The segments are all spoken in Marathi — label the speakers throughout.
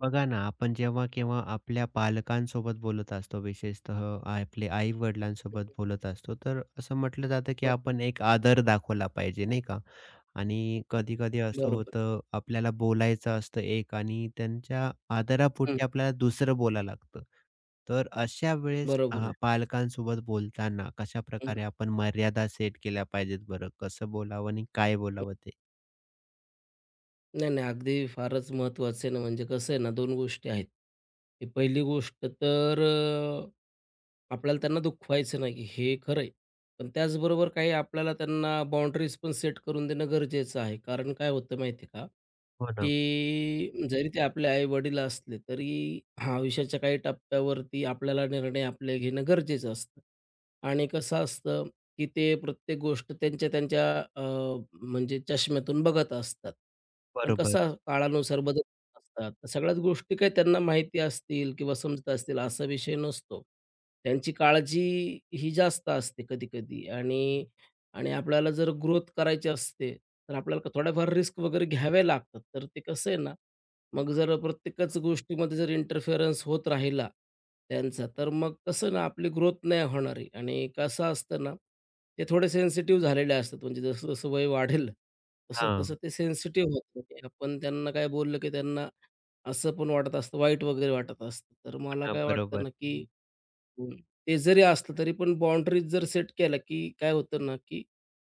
Speaker 1: बघा ना, आपण जेव्हा केव्हा आपल्या पालकांसोबत बोलत असतो, विशेषतः आपले आई-वडिलांसोबत बोलत असतो, तर असं म्हटलं जातं, की
Speaker 2: ब
Speaker 1: आपण एक आदर दाखवला पाहिजे, नाही का? आणि कधी-कधी असं
Speaker 2: बरोबर.
Speaker 1: होतं, आपल्याला बोलायचं असतं एक आणि त्यांच्या
Speaker 2: हं,
Speaker 1: आदरापोटी आपल्याला दुसरं बोलायला लागतं. तर अशा वेळेस
Speaker 2: बरोबर आहे.
Speaker 1: पालकांसोबत बोलताना
Speaker 2: हं.
Speaker 1: कशाप्रकारे आपण मर्यादा सेट केल्या पाहिजेत बरं? कसं बोलावं आणि काय बोलावं ते?
Speaker 2: नाही, नाही. अगदी फारच महत्त्वाचं आहे ना, म्हणजे कसं आहे ना, 2 गोष्टी आहेत. की पहिली गोष्ट तर आपल्याला त्यांना दुखवायचं नाही, हे खरं आहे. पण त्याचबरोबर काही आपल्याला त्यांना बाउंडरीज पण सेट करून देणं गरजेचं आहे. कारण काय होतं माहिती आहे का,
Speaker 1: हो ना,
Speaker 2: की जरी ते आपले आई-वडील असले, तरी हा आयुष्याच्या काही टप्प्यावरती आपल्याला निर्णय आपले घेणं गरजेचं असतं. आणि कसं असतं की ते प्रत्येक गोष्ट त्यांच्या त्यांच्या अ, म्हणजे चष्म्यातून बघत असतात. पण
Speaker 1: बरोबर.
Speaker 2: कसा काळानुसार बदल होत असतात. तर सगळ्याच गोष्टी काही त्यांना माहिती असतील किंवा समजत असतील असा विषय नसतो. त्यांची काळजी ही जास्त असते कधी-कधी आणि आणि आपल्याला जर ग्रोथ करायची असते, तर आपल्याला थोड्याफार रिस्क वगैरे घ्यावे लागतात. तर ते कसं आहे ना मग जर प्रत्येकच गोष्टीमध्ये जर इंटरफेरन्स होत राहिला त्यांचा, तर मग कसं ना आपली ग्रोथ नाही होणार आहे आणि कसं असतं ना, ते थोडे सेन्सिटिव्ह झालेले असतात. म्हणजे जसं-जसं वय वाढेल,
Speaker 1: हां,
Speaker 2: तसं-तसं
Speaker 1: हो
Speaker 2: ते सेन्सिटिव्ह होतात. म्हणजे आपण त्यांना काय बोललं, की त्यांना असं पण वाटत असतं, वाईट वगैरे वाटत असतं. तर मला
Speaker 1: ना,
Speaker 2: काय वाटतं
Speaker 1: बरोबर.
Speaker 2: ना, की हं, ते जरी असलं तरी पण बाउंडरीज जर सेट केल्या, की काय होतं ना, की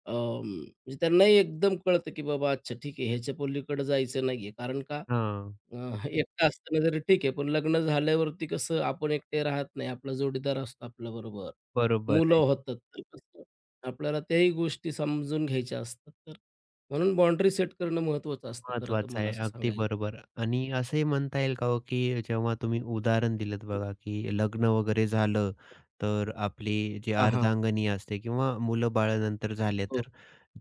Speaker 2: म्हणजे त्यांनाही एकदम कळतं, की बाबा अच्छा ठीक आहे, ह्याच्या पलीकडे जायचं नाहीये. कारण का
Speaker 1: हां,
Speaker 2: अ, एकटा असताना जरी ठीक आहे, पण लग्न झाल्यावरती कसं आपण एकटे राहत नाही. आपला जोडीदार असतो आपल्याबरोबर.
Speaker 1: बरोबर
Speaker 2: मुलं
Speaker 1: आहे.
Speaker 2: होतात. तर कसं आपल्याला त्याही गोष्टी समजून घ्यायच्या असतात. तर म्हणून बाउंडरी सेट करणं महत्त्वाचं असतं खरं तर
Speaker 1: महत्वाचं
Speaker 2: मला
Speaker 1: आहे.
Speaker 2: असं
Speaker 1: अगदी
Speaker 2: सांगायचं.
Speaker 1: बरोबर आणि असंही म्हणता येईल का हो, की जेव्हा तुम्ही उदाहरण दिलत बघा, की लग्न वगैरे झालं, तर आपली जी
Speaker 2: हां, हां.
Speaker 1: अर्धांगिनी असते किंवा मुलं-बाळं झाले,
Speaker 2: हो.
Speaker 1: तर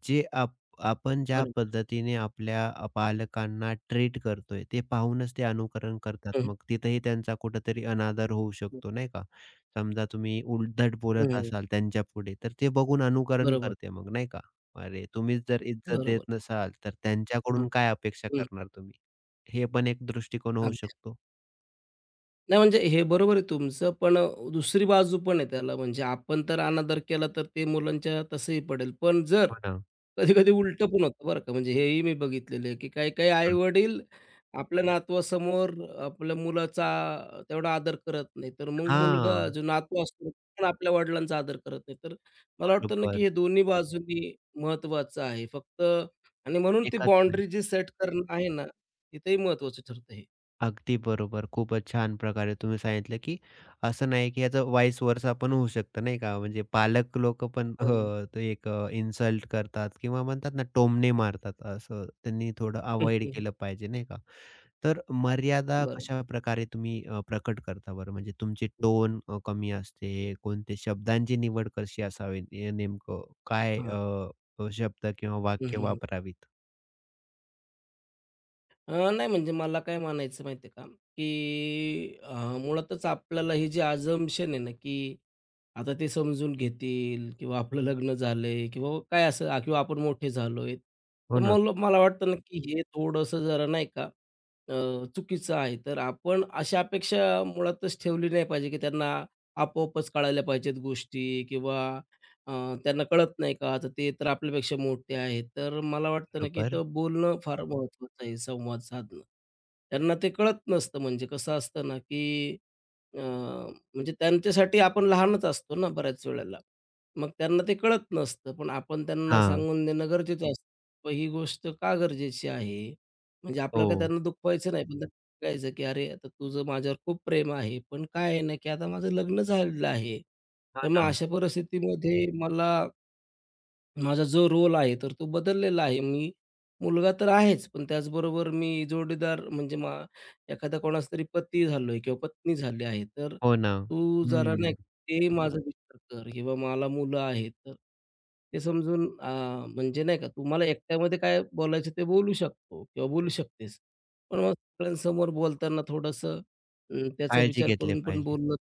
Speaker 1: जे आप आपण ज्या
Speaker 2: बरोबर.
Speaker 1: पद्धतीने आपल्या पालकांना ट्रीट करतोय, ते पाहूनच ते अनुकरण करतात.
Speaker 2: हं, हं.
Speaker 1: मग तिथेही त्यांचा कुठेतरी अनादर होऊ शकतो, नाही का? समजा तुम्ही उद्धट बोलत
Speaker 2: हं,
Speaker 1: असाल त्यांच्यापुढे, तर ते बघून अनुकरण
Speaker 2: बरोबर,
Speaker 1: करते मग, नाही का? अरे, तुम्हीच जर इज्जत देत
Speaker 2: बरोबर.
Speaker 1: नसाल, तर
Speaker 2: हं,
Speaker 1: त्यांच्याकडून काय अपेक्षा
Speaker 2: हं.
Speaker 1: करणार तुम्ही? हे पण एक दृष्टिकोन होऊ
Speaker 2: अगदी.
Speaker 1: शकतो.
Speaker 2: नाही म्हणजे हे बरोबर आहे तुमचं, पण दुसरी बाजू पण आहे त्याला. म्हणजे आपण तर अनादर केला तर ते मुलांच्या तसंही पडेल. पण जर
Speaker 1: हो ना.
Speaker 2: कधी-कधी उलटं पण होतं बरं का. म्हणजे हेही मी बघितलेलं आहे, की काही-काही
Speaker 1: हं.
Speaker 2: आई-वडील आपल्या नातवासमोर आपल्या मुलाचा तेवढा आदर करत नाही. तर मग मुलगा
Speaker 1: हां,
Speaker 2: जो नातू असतो, तो पण आपल्या वडिलांचा आदर करत नाही. तर मला वाटतं ना, की
Speaker 1: बरोबर.
Speaker 2: हे दोन्ही बाजूंनी महत्त्वाचं आहे. फक्त आणि म्हणून ती
Speaker 1: एकाच नाही.
Speaker 2: बाउंडरी जी सेट करणं आहे ना, तिथेही महत्त्वाचं ठरतं हे.
Speaker 1: अगदी बरोबर. खूपच छान प्रकारे तुम्ही सांगितलं, की असं नाही की याचं व्हाईस वर्सा पण होऊ शकतं नाही का? म्हणजे पालक लोकं पण
Speaker 2: हो ना.
Speaker 1: ते एक इन्सल्ट करतात किंवा म्हणतात ना टोमणे मारतात. असं त्यांनी थोडं अव्हॉइड केलं पाहिजे नाही का? तर मर्यादा
Speaker 2: बरोबर.
Speaker 1: कशाप्रकारे तुम्ही प्रकट करता बरं? म्हणजे तुमची टोन कमी असते, कोणते शब्दांची निवड कशी असावी? हे नेमकं काय अ,
Speaker 2: हां.
Speaker 1: अ, शब्द किंवा
Speaker 2: हं,
Speaker 1: वाक्य
Speaker 2: हं, हं.
Speaker 1: वापरावीत?
Speaker 2: नाही म्हणजे मला काय म्हणायचं माहिती आहे का, की मुळातच आपल्याला ही जी अझम्पशन आहे ना, की आता ते समजून घेतील किंवा आपलं लग्न झालंय किंवा काय असं किंवा आपण मोठे झालोय.
Speaker 1: हो
Speaker 2: तर
Speaker 1: ना,
Speaker 2: मग मला वाटतं ना, की हे थोडंसं जरा नाही का अ, चुकीचं आहे. तर आपण अशा अपेक्षा मुळातच ठेवली नाही पाहिजे, की त्यांना आपोआपच कळायला पाहिजेत गोष्टी किंवा अ, त्यांना कळत नाही का? तर ते तर आपल्यापेक्षा मोठे आहेत. तर मला वाटतं ना, की
Speaker 1: बरोबर.
Speaker 2: इथं बोलणं फार महत्त्वाचं आहे, संवाद साधणं. त्यांना ते कळत नसतं. म्हणजे कसं असतं ना, की अ, म्हणजे त्यांच्यासाठी आपण लहानच असतो ना बऱ्याच वेळेला. मग त्यांना ते कळत नसतं. पण आपण त्यांना
Speaker 1: हां.
Speaker 2: सांगून देणं गरजेचं असतं. मग ही गोष्ट का गरजेची आहे? म्हणजे आपल्याला काय
Speaker 1: हो.
Speaker 2: त्यांना दुखवायचं नाही, पण त्यांना सांगायचं, की "अरे, आता तुझं माझ्यावर खूप प्रेम आहे, पण काय आहे ना, की आता माझं लग्न झालेलं आहे.
Speaker 1: हां
Speaker 2: तर मग
Speaker 1: ना.
Speaker 2: अशा परिस्थितीमध्ये मला" माझा जो रोल आहे, तर तो बदललेला आहे. मी मुलगा तर आहेच, पण त्याचबरोबर मी जोडीदार म्हणजे एखादा कोणाचा तरी पती झालोय किंवा पत्नी झाली आहे. तर
Speaker 1: हो ना.
Speaker 2: तू जरा नाही
Speaker 1: हं.
Speaker 2: हं. ते माझा विचार कर किंवा मला मुलं आहेत, तर ते समजून म्हणजे नाही का, तू मला एकट्यामध्ये काय बोलायचं ते बोलू शकतो किंवा बोलू शकतेस. पण मग सगळ्यांसमोर बोलताना थोडंसं त्याचा
Speaker 1: काळजी
Speaker 2: विचार
Speaker 1: घेतली
Speaker 2: करून पण
Speaker 1: पाहिजे.
Speaker 2: बोललं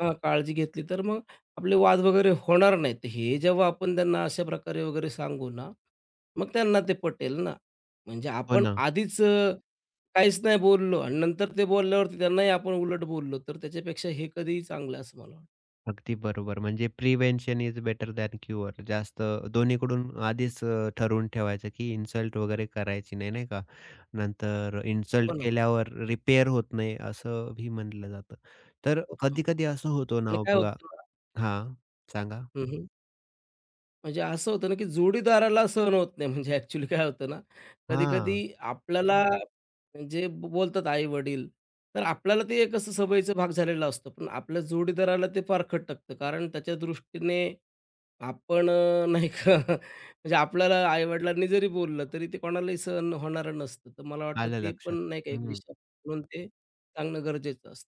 Speaker 2: हां, काळजी घेतली तर मग आपले वाद वगैरे होणार नाहीत. हे जेव्हा आपण त्यांना अशा प्रकारे वगैरे सांगू ना, मग त्यांना ते पटेल ना. म्हणजे
Speaker 1: हो
Speaker 2: आपण
Speaker 1: ना.
Speaker 2: आधीच काहीच नाही बोललो आणि नंतर ते बोलल्यावरती त्यांनाही आपण उलट बोललो, तर त्याच्यापेक्षा हे कधीही चांगलं आहे असं मला वाटतं.
Speaker 1: अगदी बरोबर. म्हणजे prevention is better than cure. जास्त दोन्हीकडून आधीच ठरवून ठेवायचं की इन्सल्ट वगैरे करायची नाही, नाही का? नंतर
Speaker 2: हो
Speaker 1: इन्सल्ट
Speaker 2: ना,
Speaker 1: केल्यावर रिपेअर होत नाही असंही म्हटलं जातं. तर
Speaker 2: हो ना.
Speaker 1: कधी-कधी असं होतं ना,
Speaker 2: आणि
Speaker 1: हो
Speaker 2: काय
Speaker 1: बघा
Speaker 2: होतं ना
Speaker 1: हां, सांगा?
Speaker 2: हं, हं. म्हणजे असं होतं ना, की जोडीदाराला सहन होत नाही. म्हणजे ॲक्चुअली काय होतं ना, कधी-कधी
Speaker 1: हां,
Speaker 2: आपल्याला जे बोलतात आई-वडील, तर आपल्याला ते एक असं सवयीचा भाग झालेला असतो. पण आपल्या जोडीदाराला ते फार खटकतं. कारण त्याच्या दृष्टीने आपण नाही का म्हणजे आपल्याला आई-वडिलांनी जरी बोललं, तरी ते कोणालाही सहन होणारं नसतं. तर मला वाटतं
Speaker 1: आलं
Speaker 2: ते पण
Speaker 1: लक्षात.
Speaker 2: नाही का एक विषय म्हणून ते सांगणं गरजेचं असतं.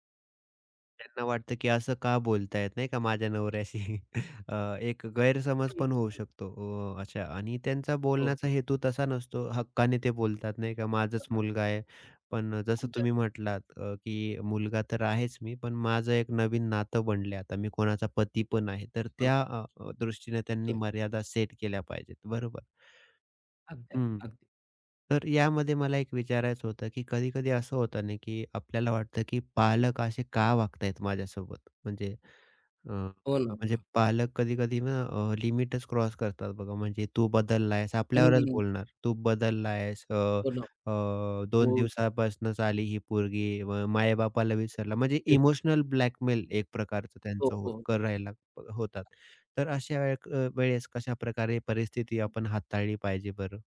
Speaker 1: त्यांना वाटतं की असं का बोलतायत नाही का माझ्या नवऱ्याशी? अ, एक गैरसमज पण होऊ शकतो. अच्छा आणि त्यांचा
Speaker 2: हो,
Speaker 1: बोलण्याचा
Speaker 2: हो.
Speaker 1: हेतू तसा नसतो. हक्काने ते बोलतात नाही का, माझाच मुलगा आहे. पण जसं
Speaker 2: अगदी,
Speaker 1: तुम्ही
Speaker 2: अगदी.
Speaker 1: म्हटलात की मुलगा तर आहेच मी, पण माझं एक नवीन नातं बनले आता. मी कोणाचा पती पण आहे. तर त्या अ, अ, दृष्टीने त्यांनी मर्यादा सेट केल्या पाहिजेत. बरोबर.
Speaker 2: अगदी,
Speaker 1: हं.
Speaker 2: अगदी.
Speaker 1: तर यामध्ये मला एक विचारायचं होतं, की कधी-कधी असं होतं ना, की आपल्याला वाटतं, की पालक असे का वागतायत माझ्यासोबत?
Speaker 2: हो ना.
Speaker 1: म्हणजे पालक कधी-कधी ना लिमिटच क्रॉस करतात बघा. म्हणजे तू बदलला आहेस, आपल्यावरच
Speaker 2: हं.
Speaker 1: बोलणार. तू बदलला अ,
Speaker 2: हो ना.
Speaker 1: अ, 2
Speaker 2: हो.
Speaker 1: दिवसापासूनच आली ही पोरगी. मायबापाला विसरला. म्हणजे
Speaker 2: हं.
Speaker 1: इमोशनल ब्लॅकमेल एक प्रकारचं
Speaker 2: हो,
Speaker 1: त्यांचं हो
Speaker 2: हो.
Speaker 1: करायला होतात. तर अशा वेळे अ, वेळेस कशाप्रकारे परिस्थिती आपण हाताळली पाहिजे बरं?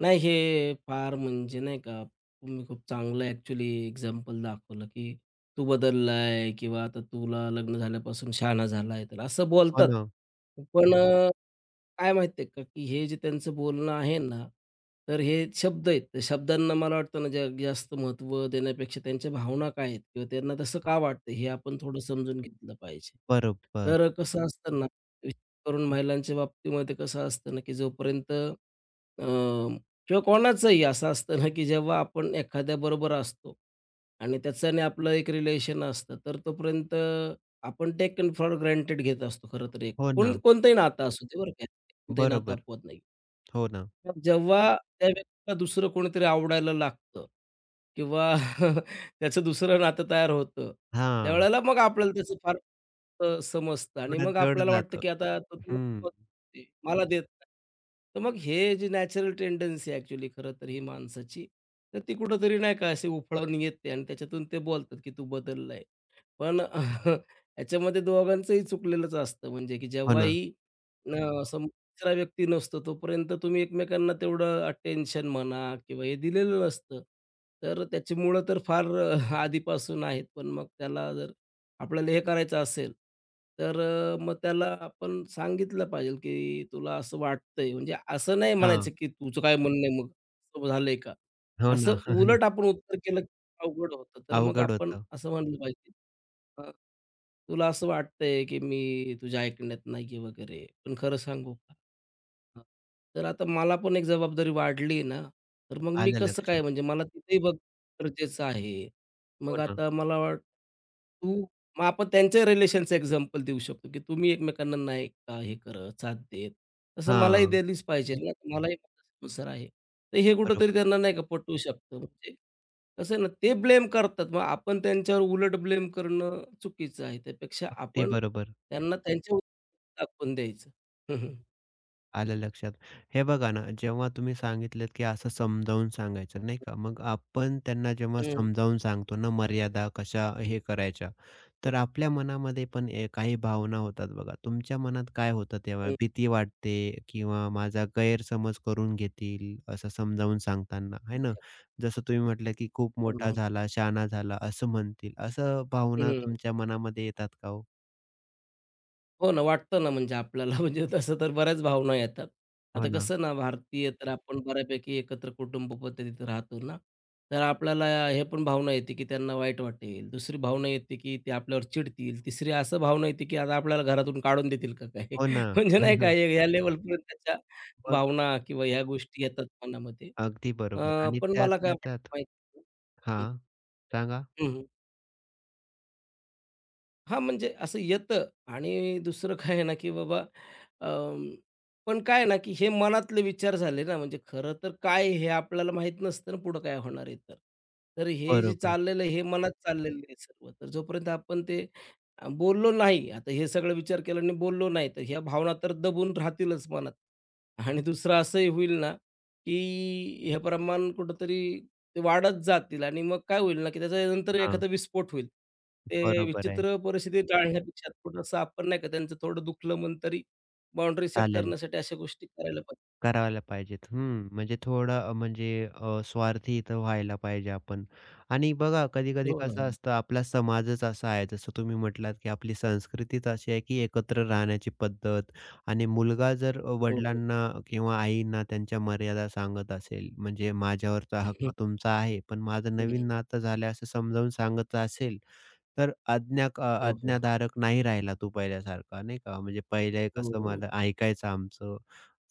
Speaker 2: नाही, हे फार म्हणजे नाही का, तुम्ही खूप चांगलं ॲक्चुअली एक्झाम्पल दाखवलं, की तू बदललाय किंवा आता तुला लग्न झाल्यापासून शहाणा झालाय, तर असं
Speaker 1: हो
Speaker 2: बोलतात.
Speaker 1: ना.
Speaker 2: पण हो. काय माहिती का, की हे जे त्यांचं बोलणं आहे ना, तर हे शब्द आहेत. त्या शब्दांना मला वाटतं ना, जग जास्त महत्त्व देण्यापेक्षा त्यांच्या भावना काय आहेत किंवा त्यांना तसं का वाटतं, हे आपण थोडं समजून घेतलं पाहिजे.
Speaker 1: बरोबर.
Speaker 2: तर कसं असतं ना, विशेष करून महिलांच्या बाबतीमध्ये कसं असतं ना, की जोपर्यंत किंवा कोणाचंही असं असतं ना, की जेव्हा आपण एखाद्याबरोबर असतो आणि त्याचं आणि आपलं एक रिलेशन असतं, तर तोपर्यंत आपण टेकन फॉर ग्रँटेड घेत असतो खरं तर एक.
Speaker 1: हो
Speaker 2: कोण
Speaker 1: ना.
Speaker 2: कोणतंही नातं असू दे बरं का. ते नातं
Speaker 1: बरोबर.
Speaker 2: अपवत नाही.
Speaker 1: हो ना.
Speaker 2: मग जेव्हा त्या व्यक्तीला दुसरं कोणीतरी आवडायला लागतं किंवा त्याचं दुसरं नातं तयार होतं,
Speaker 1: हां,
Speaker 2: त्यावेळेला मग आपल्याला त्याचं फार समजतं आणि
Speaker 1: थोडं
Speaker 2: मग
Speaker 1: जड
Speaker 2: आपल्याला वाटतं,
Speaker 1: जातं.
Speaker 2: की आता तो
Speaker 1: हं.
Speaker 2: तुला ते मला देत नाही. तर मग हे जी नॅचरल टेंडन्सी आहे ॲक्चुअली खरं तर ही माणसाची, तर ती कुठेतरी नाही का अशी उफाळून येते आणि त्याच्यातून ते बोलतात, की तू बदललाय. पण याच्यामध्ये दोघांचंही चुकलेलंच असतं म्हणजे की
Speaker 1: हो ना.
Speaker 2: जेव्हाही सम तिसरा व्यक्ती नसतो तोपर्यंत तुम्ही एकमेकांना तेवढं अटेन्शन म्हणा किंवा हे दिलेलं नसतं. तर त्याची मुळं तर फार आधीपासून आहेत. पण मग त्याला जर आपल्याला हे करायचं असेल, तर मग त्याला आपण सांगितलं पाहिजे की तुला असं वाटतंय. म्हणजे असं नाही म्हणायचं
Speaker 1: हां.
Speaker 2: की तुझं काय म्हणणं आहे मग असं झालंय का?
Speaker 1: हो ना.
Speaker 2: असं उलट आपण उत्तर केलं अवघड होतं. तर मग
Speaker 1: अवघड
Speaker 2: आपण
Speaker 1: होतं.
Speaker 2: असं म्हणलं पाहिजे, अ, तुला असं वाटतंय, की मी तुझ्या ऐकण्यात नाहीये वगैरे, पण खरं सांगू का? हां, तर आता मला पण एक जबाबदारी वाढली ना, तर मग मी
Speaker 1: आलं
Speaker 2: कसं काय
Speaker 1: लक्षात.
Speaker 2: म्हणजे मला तिथेही बघ गरजेचं आहे.
Speaker 1: हो
Speaker 2: मग
Speaker 1: ना.
Speaker 2: आता मला वाट तू मग आपण त्यांच्या रिलेशनचं एक्झाम्पल देऊ शकतो, की तुम्ही एकमेकांना नाही का हे करत, साथ देत. तसं मलाही
Speaker 1: हां.
Speaker 2: दिलीच पाहिजे ना, मलाही संसार आहे. तर हे कुठेतरी
Speaker 1: बरोबर.
Speaker 2: त्यांना नाही का पटवू शकतं म्हणजे कसं आहे ना, ते ब्लेम करतात. मग आपण त्यांच्यावर उलट ब्लेम करणं चुकीचं आहे. त्यापेक्षा
Speaker 1: अगदी
Speaker 2: आपण
Speaker 1: बरोबर.
Speaker 2: त्यांना त्यांच्या दाखवून द्यायचं. हं, हं.
Speaker 1: आलं लक्षात. हे बघा ना, जेव्हा तुम्ही सांगितलत, की असं समजावून सांगायचं नाही का, मग आपण त्यांना जेव्हा समजावून सांगतो ना, मर्यादा कशा हे करायच्या,
Speaker 2: हं,
Speaker 1: तर आपल्या मनामध्ये पण काही भावना होतात बघा. तुमच्या मनात काय होतं तेव्हा?
Speaker 2: हं.
Speaker 1: भीती वाटते किंवा माझा गैरसमज करून घेतील, असं समजावून सांगताना, आहे ना? जसं तुम्ही म्हटलं, की खूप मोठा
Speaker 2: हो
Speaker 1: झाला, शहाणा झाला, असं म्हणतील. असं भावना तुमच्या मनामध्ये येतात का हो?
Speaker 2: हो ना, वाटतं ना म्हणजे आपल्याला म्हणजे तसं तर बऱ्याच भावना येतात.
Speaker 1: हो
Speaker 2: आता
Speaker 1: ना,
Speaker 2: कसं ना भारतीय तर आपण बऱ्यापैकी एकत्र कुटुंब पद्धतीत राहतो ना, तर आपल्याला हे पण भावना येते, की त्यांना वाईट वाटेल. दुसरी भावना येते, की ते आपल्यावर चिडतील. तिसरी असं भावना येते, की आता आपल्याला घरातून काढून देतील का काय?
Speaker 1: हो ना.
Speaker 2: म्हणजे नाही का हे- या लेव्हलपर्यंत त्याच्या
Speaker 1: मग
Speaker 2: भावना किंवा ह्या गोष्टी येतात मनामध्ये.
Speaker 1: अगदी बरोबर आणि
Speaker 2: पण मला काय
Speaker 1: त्यातल्या
Speaker 2: वाटतं
Speaker 1: त्यात
Speaker 2: माहिती
Speaker 1: हां, सांगा?
Speaker 2: हां, म्हणजे असं येतं आणि दुसरं काय आहे ना, की बाबा अं, पण काय आहे ना, की हे मनातले विचार झाले ना, म्हणजे खरं तर काय आहे हे आपल्याला माहीत नसतं ना, पुढं काय होणार आहे तर. तर हे जे
Speaker 1: बरोबर.
Speaker 2: चाललेलं आहे, हे मनात चाललेलं आहे सर्व. तर जोपर्यंत आपण ते बोललो नाही, आता हे सगळं विचार केला आणि बोललो नाही, तर ह्या भावना तर दबून राहतीलच मनात. आणि दुसरं असंही होईल ना, की हे प्रमाण कुठेतरी ते वाढत जातील आणि मग काय होईल ना, की त्याच्यानंतर
Speaker 1: हां,
Speaker 2: एखादा विस्फोट होईल. ते
Speaker 1: बरोबर आहे.
Speaker 2: विचित्र परिस्थिती टाळण्यापेक्षा थोडंसं आपण नाही का त्यांचं थोडं दुखलं मन तरी बाउंडरी सेट
Speaker 1: चालेल.
Speaker 2: करण्यासाठी अशा गोष्टी करायला पाहिजे.
Speaker 1: करायला पाहिजेत. हं, म्हणजे थोडं अ, म्हणजे अ, स्वार्थी इथं व्हायला पाहिजे आपण आणि बघा कधी-कधी
Speaker 2: हो ना, हो
Speaker 1: कसं
Speaker 2: ना.
Speaker 1: असतं आपला समाजच असा आहे जसं तुम्ही म्हटलात, की आपली संस्कृतीच अशी आहे, की
Speaker 2: हं.
Speaker 1: एकत्र राहण्याची पद्धत आणि मुलगा जर
Speaker 2: हो, हो.
Speaker 1: वडिलांना किंवा आईंना त्यांच्या मर्यादा सांगत असेल, म्हणजे माझ्यावरचा
Speaker 2: हं, हं.
Speaker 1: हक्क तुमचा आहे, पण माझं नवीन नातं झालं असं समजावून सांगत असेल, तर
Speaker 2: हो, हो.
Speaker 1: आज्ञाधारक नाही राहिला तू पहिल्यासारखा, नाही का. म्हणजे पहिले
Speaker 2: हो,
Speaker 1: कसं
Speaker 2: हो.
Speaker 1: मला ऐकायचं आमचं,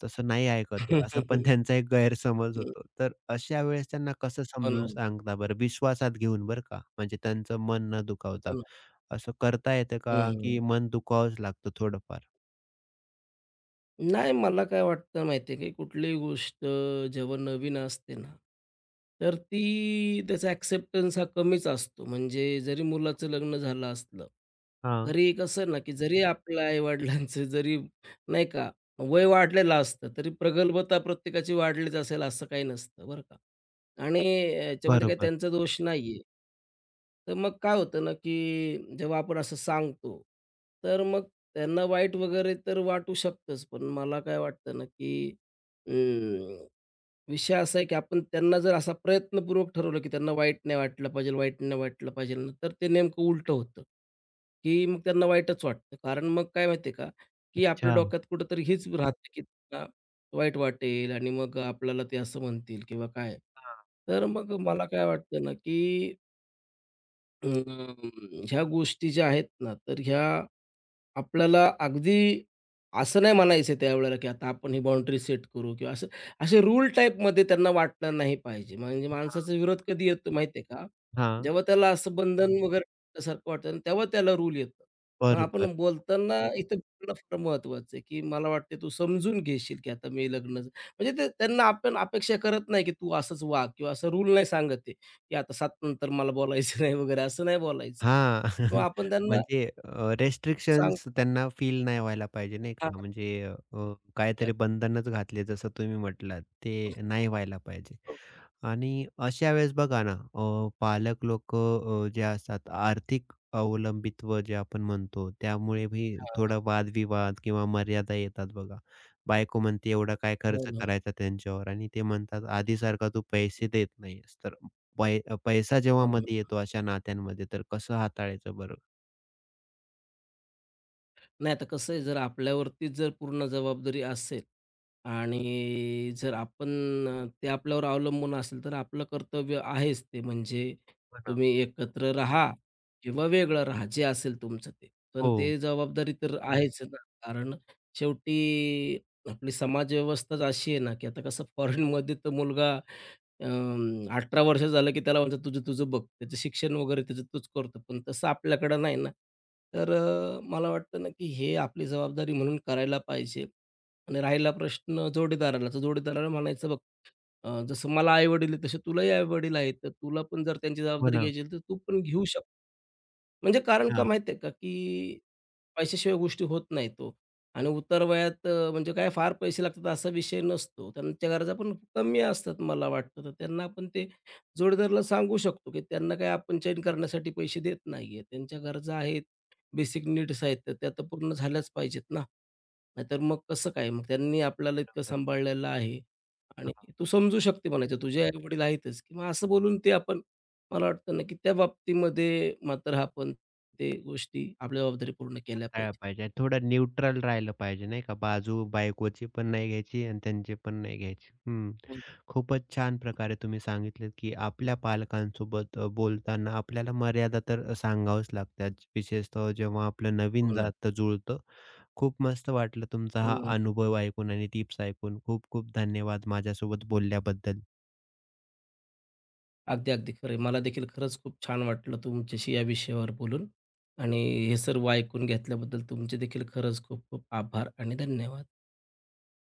Speaker 1: तसं नाही ऐकत आहे, असा पण त्यांचा एक गैरसमज होतो. तर अशा वेळेस त्यांना कसं
Speaker 2: हो
Speaker 1: समजून
Speaker 2: ना,
Speaker 1: सांगता बरं, विश्वासात घेऊन बरं का, म्हणजे त्यांचं मन न
Speaker 2: हो
Speaker 1: दुखावता.
Speaker 2: ना.
Speaker 1: असं करता येतं
Speaker 2: हं,
Speaker 1: का, की
Speaker 2: हं.
Speaker 1: मन दुखावावंच लागतं थोडंफार?
Speaker 2: नाही, मला काय वाटतं माहिती आहे, की कुठलीही गोष्ट जेव्हा नवीन असते ना, तर ती त्याचा ॲक्सेप्टन्स हा कमीच असतो. म्हणजे जरी मुलाचं लग्न झालं असलं,
Speaker 1: हां,
Speaker 2: तरी कसं ना, की जरी आपल्या आई जरी नाही का, वय वाढलेलं असतं, तरी प्रगल्भता प्रत्येकाची वाढलीच असेल असं काही नसतं, बरं का. आणि याच्यामध्ये काही
Speaker 1: बरोबर.
Speaker 2: त्यांचा दोष नाहीये. तर मग काय होतं ना, की जेव्हा आपण असं सांगतो, तर मग त्यांना वाईट वगैरे तर वाटू शकतंच. पण मला काय वाटतं ना, की विषय असा आहे, की आपण त्यांना जर असा प्रयत्नपूर्वक ठरवलं, की त्यांना वाईट नाही वाटलं पाहिजे, वाईट नाही वाटलं पाहिजे ना, तर ते नेमकं उलटं होतं, की मग त्यांना वाईटच वाटतं. कारण मग काय माहिती का, की आपल्या
Speaker 1: अच्छा.
Speaker 2: डोक्यात कुठेतरी हीच राहते, की त्यांना वाईट वाटेल आणि मग आपल्याला ते असं म्हणतील किंवा काय.
Speaker 1: हां,
Speaker 2: तर मग मला काय वाटतं ना, की ह्या गोष्टी ज्या आहेत ना, तर ह्या आपल्याला अगदी असं नाही म्हणायचं आहे त्यावेळेला, की आता आपण ही बाउंडरी सेट करू किंवा असं असे रूल टाइपमध्ये त्यांना वाटलं नाही पाहिजे. म्हणजे माणसाचा विरोध कधी येतो माहिती आहे का?
Speaker 1: हां,
Speaker 2: जेव्हा त्याला असं बंधन वगैरे सारखं वाटतं आणि तेव्हा त्याला रूल येतं. मग आपण
Speaker 1: बरोबर.
Speaker 2: बोलताना इथं बोलणं फार महत्त्वाचं आहे, की मला वाटते तू समजून घेशील, की आता मी लग्न म्हणजे ते त्यांना आपण अपेक्षा करत नाही, की तू असंच वाग किंवा असं रूल नाही सांगत आहे, की आता 7 नंतर मला बोलायचं नाही वगैरे असं नाही बोलायचं.
Speaker 1: हां.
Speaker 2: मग आपण त्यांना
Speaker 1: म्हणजे
Speaker 2: सांग
Speaker 1: रिस्ट्रिक्शन्स त्यांना फील नाही व्हायला पाहिजे नाही
Speaker 2: हां.
Speaker 1: का? म्हणजे काहीतरी बंधनच घातले जसं तुम्ही म्हटलात ते
Speaker 2: हो
Speaker 1: नाही व्हायला पाहिजे. आणि अशा वेळेस बघा ना पालक लोक जे असतात आर्थिक अवलंबित्व जे आपण म्हणतो त्यामुळेही
Speaker 2: हां.
Speaker 1: थोडा वादविवाद किंवा मर्यादा येतात बघा. बायको म्हणते एवढा काय
Speaker 2: हो
Speaker 1: खर्च
Speaker 2: ना,
Speaker 1: करायचा त्यांच्यावर आणि ते म्हणतात आधीसारखा तू पैसे देत नाहीयेस. तर पैसा
Speaker 2: हो
Speaker 1: जेव्हा मध्ये
Speaker 2: ना.
Speaker 1: येतो अशा नात्यांमध्ये, तर कसं हाताळायचं बरं?
Speaker 2: नाही आता कसं आहे, जर आपल्यावरतीच जर पूर्ण जबाबदारी असेल आणि जर आपण ते आपल्यावर अवलंबून असेल, तर आपलं कर्तव्य आहेच ते. म्हणजे
Speaker 1: हो ना.
Speaker 2: तुम्ही एकत्र राहा किंवा वेगळं राहा, जे असेल तुमचं ते. पण
Speaker 1: हो.
Speaker 2: ते जबाबदारी तर आहेच ना. कारण शेवटी आपली समाज व्यवस्थाच अशी आहे ना, की आता कसं फॉरेनमध्ये तर मुलगा 18 वर्ष झालं, की त्याला म्हणतात, "तुझं-तुझं बघ." त्याचं शिक्षण वगैरे त्याचं तूच करतो. पण तसं आपल्याकडं नाही ना. तर मला वाटतं ना, की हे आपली जबाबदारी म्हणून करायला पाहिजे. आणि राहिला प्रश्न जोडीदाराला, तर जोडीदाराला म्हणायचं, "बघ, जसं मला आई-वडील तसे तुलाही आई-वडील आहेत. तर तुला पण जर त्यांची
Speaker 1: हो
Speaker 2: जबाबदारी
Speaker 1: ना.
Speaker 2: घ्यायची असेल, तर तू पण घेऊ शकतो." म्हणजे कारण का
Speaker 1: हां.
Speaker 2: माहिती का, की पैशाशिवाय गोष्टी होत नाहीत हो. आणि उतार वयात म्हणजे काय फार पैसे लागतात असा विषय नसतो. त्यांच्या गरजा पण कमी असतात मला वाटतं. तर त्यांना आपण ते जोडीदाराला सांगू शकतो, की त्यांना काही आपण चैन करण्यासाठी पैसे देत नाहीये. त्यांच्या गरजा आहेत, बेसिक नीड्स आहेत, तर त्या तर पूर्ण झाल्याच पाहिजेत ना. नाहीतर मग कसं काय? मग त्यांनी आपल्याला इतकं
Speaker 1: बरं.
Speaker 2: सांभाळलेलं आहे आणि
Speaker 1: हां,
Speaker 2: तू समजू शकते म्हणायचं. तुझे आई-वडील आहेतच, की मग असं बोलून ते आपण मला वाटतं ना, की त्या बाबतीमध्ये मात्र आपण ते गोष्टी आपल्या जबाबदारी पूर्ण केल्या
Speaker 1: हाताळायला
Speaker 2: पाहिजेत.
Speaker 1: पाहिजे. थोडं न्यूट्रल राहिलं पाहिजे नाही का? बाजू बायकोची पण नाही घ्यायची आणि त्यांची पण नाही घ्यायची. हं.
Speaker 2: हो.
Speaker 1: खूपच छान प्रकारे तुम्ही सांगितलं, की आपल्या पालकांसोबत बोलताना आपल्याला मर्यादा तर लागतात. विशेषतः जेव्हा आपलं
Speaker 2: हो
Speaker 1: नवीन
Speaker 2: ना.
Speaker 1: नातं जुळतं. खूप मस्त वाटलं तुमचा हा अनुभव ऐकून आणि टिप्स ऐकून. खूप खूप धन्यवाद माझ्यासोबत बोलल्याबद्दल.
Speaker 2: अगदी, अगदी खरं आहे. मला देखील खरंच खूप छान वाटलं तुमच्याशी या विषयावर बोलून आणि हे सर्व ऐकून घेतल्याबद्दल तुमचे देखील खरंच खूप खूप आभार आणि धन्यवाद.